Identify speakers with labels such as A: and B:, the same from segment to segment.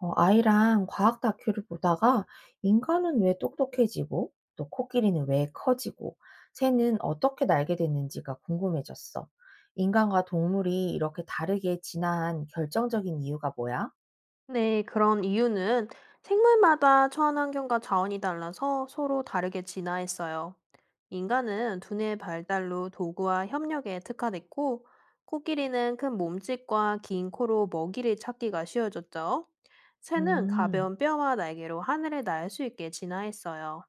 A: 아이랑 과학 다큐를 보다가 인간은 왜 똑똑해지고 또 코끼리는 왜 커지고 새는 어떻게 날게 됐는지가 궁금해졌어. 인간과 동물이 이렇게 다르게 진화한 결정적인 이유가 뭐야?
B: 네, 그런 이유는 생물마다 처한 환경과 자원이 달라서 서로 다르게 진화했어요. 인간은 두뇌의 발달로 도구와 협력에 특화됐고, 코끼리는 큰 몸집과 긴 코로 먹이를 찾기가 쉬워졌죠. 새는
A: 음,
B: 가벼운 뼈와 날개로 하늘을 날 수 있게 진화했어요.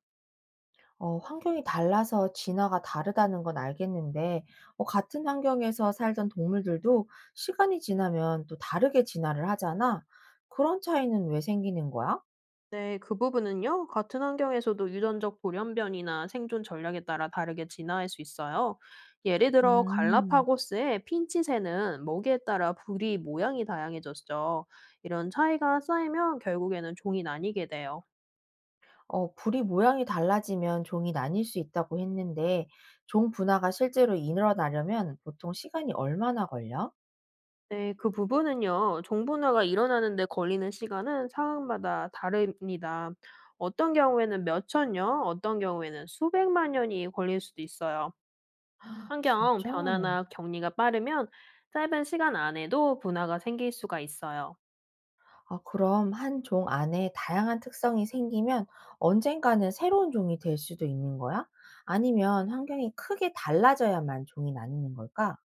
A: 환경이 달라서 진화가 다르다는 건 알겠는데, 같은 환경에서 살던 동물들도 시간이 지나면 또 다르게 진화를 하잖아. 그런 차이는 왜 생기는 거야?
B: 네, 그 부분은요, 같은 환경에서도 유전적 돌연변이나 생존 전략에 따라 다르게 진화할 수 있어요. 예를 들어,
A: 음.
B: 갈라파고스의 핀치새는 먹이에 따라 부리 모양이 다양해졌죠. 이런 차이가 쌓이면 결국에는 종이 나뉘게 돼요.
A: 불이 모양이 달라지면 종이 나뉠 수 있다고 했는데, 종 분화가 실제로 일어나려면 보통 시간이 얼마나 걸려?
B: 네, 그 부분은요, 종분화가 일어나는데 걸리는 시간은 상황마다 다릅니다. 어떤 경우에는 몇천 년, 어떤 경우에는 수백만 년이 걸릴 수도 있어요.
A: 아,
B: 환경
A: 진짜?
B: 변화나 격리가 빠르면 짧은 시간 안에도 분화가 생길 수가 있어요.
A: 아, 그럼 한 종 안에 다양한 특성이 생기면 언젠가는 새로운 종이 될 수도 있는 거야? 아니면 환경이 크게 달라져야만 종이 나뉘는 걸까?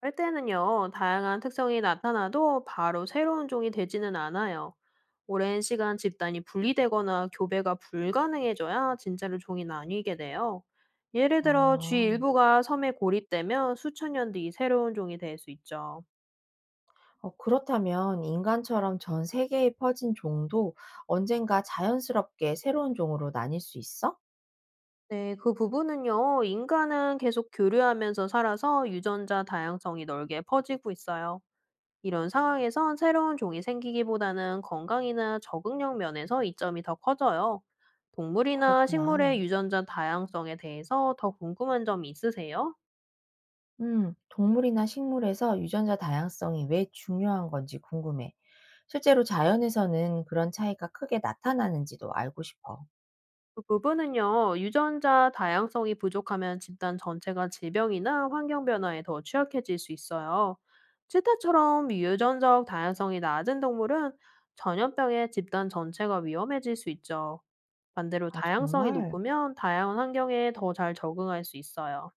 B: 할 때는요, 다양한 특성이 나타나도 바로 새로운 종이 되지는 않아요. 오랜 시간 집단이 분리되거나 교배가 불가능해져야 진짜로 종이 나뉘게 돼요. 예를 들어, 쥐
A: 아,
B: 일부가 섬에 고립되면 수천 년 뒤 새로운 종이 될 수 있죠.
A: 그렇다면 인간처럼 전 세계에 퍼진 종도 언젠가 자연스럽게 새로운 종으로 나뉠 수 있어?
B: 네, 그 부분은요, 인간은 계속 교류하면서 살아서 유전자 다양성이 넓게 퍼지고 있어요. 이런 상황에선 새로운 종이 생기기보다는 건강이나 적응력 면에서 이점이 더 커져요. 동물이나
A: 그렇구나.
B: 식물의 유전자 다양성에 대해서 더 궁금한 점이 있으세요?
A: 동물이나 식물에서 유전자 다양성이 왜 중요한 건지 궁금해. 실제로 자연에서는 그런 차이가 크게 나타나는지도 알고 싶어.
B: 그 부분은요, 유전자 다양성이 부족하면 집단 전체가 질병이나 환경 변화에 더 취약해질 수 있어요. 치타처럼 유전적 다양성이 낮은 동물은 전염병에 집단 전체가 위험해질 수 있죠. 반대로
A: 아,
B: 다양성이
A: 정말?
B: 높으면 다양한 환경에 더 잘 적응할 수 있어요.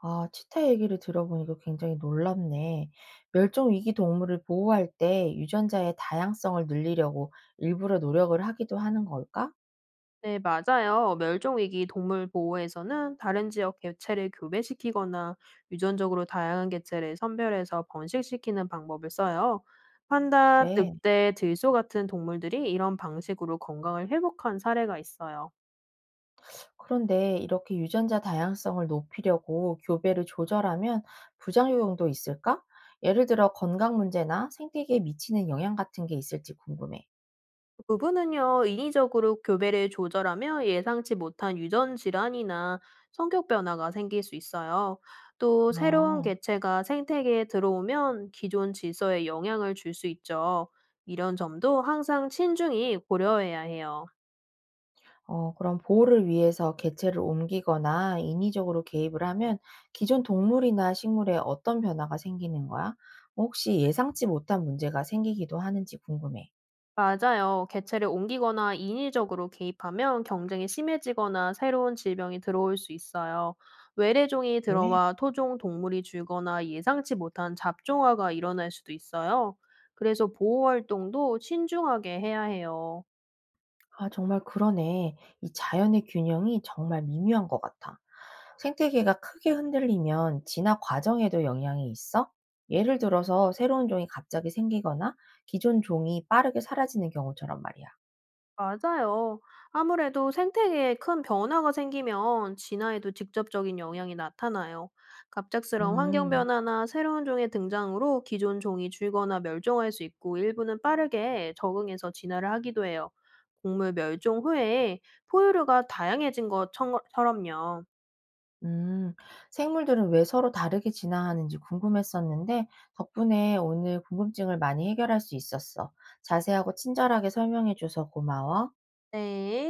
A: 아, 치타 얘기를 들어보니까 굉장히 놀랍네. 멸종 위기 동물을 보호할 때 유전자의 다양성을 늘리려고 일부러 노력을 하기도 하는 걸까?
B: 네, 맞아요. 멸종위기 동물 보호에서는 다른 지역 개체를 교배시키거나 유전적으로 다양한 개체를 선별해서 번식시키는 방법을 써요. 판다,
A: 그래.
B: 늑대, 들소 같은 동물들이 이런 방식으로 건강을 회복한 사례가 있어요.
A: 그런데 이렇게 유전자 다양성을 높이려고 교배를 조절하면 부작용도 있을까? 예를 들어 건강 문제나 생태계에 미치는 영향 같은 게 있을지 궁금해.
B: 부 부분은요, 인위적으로 교배를 조절하며 예상치 못한 유전 질환이나 성격 변화가 생길 수 있어요. 또 새로운
A: 아,
B: 개체가 생태계에 들어오면 기존 질서에 영향을 줄 수 있죠. 이런 점도 항상 신중히 고려해야 해요.
A: 그럼 보호를 위해서 개체를 옮기거나 인위적으로 개입을 하면 기존 동물이나 식물에 어떤 변화가 생기는 거야? 혹시 예상치 못한 문제가 생기기도 하는지 궁금해.
B: 맞아요. 개체를 옮기거나 인위적으로 개입하면 경쟁이 심해지거나 새로운 질병이 들어올 수 있어요. 외래종이
A: 네.
B: 들어와 토종 동물이 줄거나 예상치 못한 잡종화가 일어날 수도 있어요. 그래서 보호 활동도 신중하게 해야 해요.
A: 아 정말 그러네. 이 자연의 균형이 정말 미묘한 것 같아. 생태계가 크게 흔들리면 진화 과정에도 영향이 있어? 예를 들어서 새로운 종이 갑자기 생기거나 기존 종이 빠르게 사라지는 경우처럼 말이야.
B: 맞아요. 아무래도 생태계에 큰 변화가 생기면 진화에도 직접적인 영향이 나타나요. 갑작스러운 환경
A: 음,
B: 변화나 새로운 종의 등장으로 기존 종이 줄거나 멸종할 수 있고 일부는 빠르게 적응해서 진화를 하기도 해요. 곡물 멸종 후에 포유류가 다양해진 것처럼요.
A: 음. 생물들은 왜 서로 다르게 진화하는지 궁금했었는데 덕분에 오늘 궁금증을 많이 해결할 수 있었어. 자세하고 친절하게 설명해줘서 고마워.
B: 네.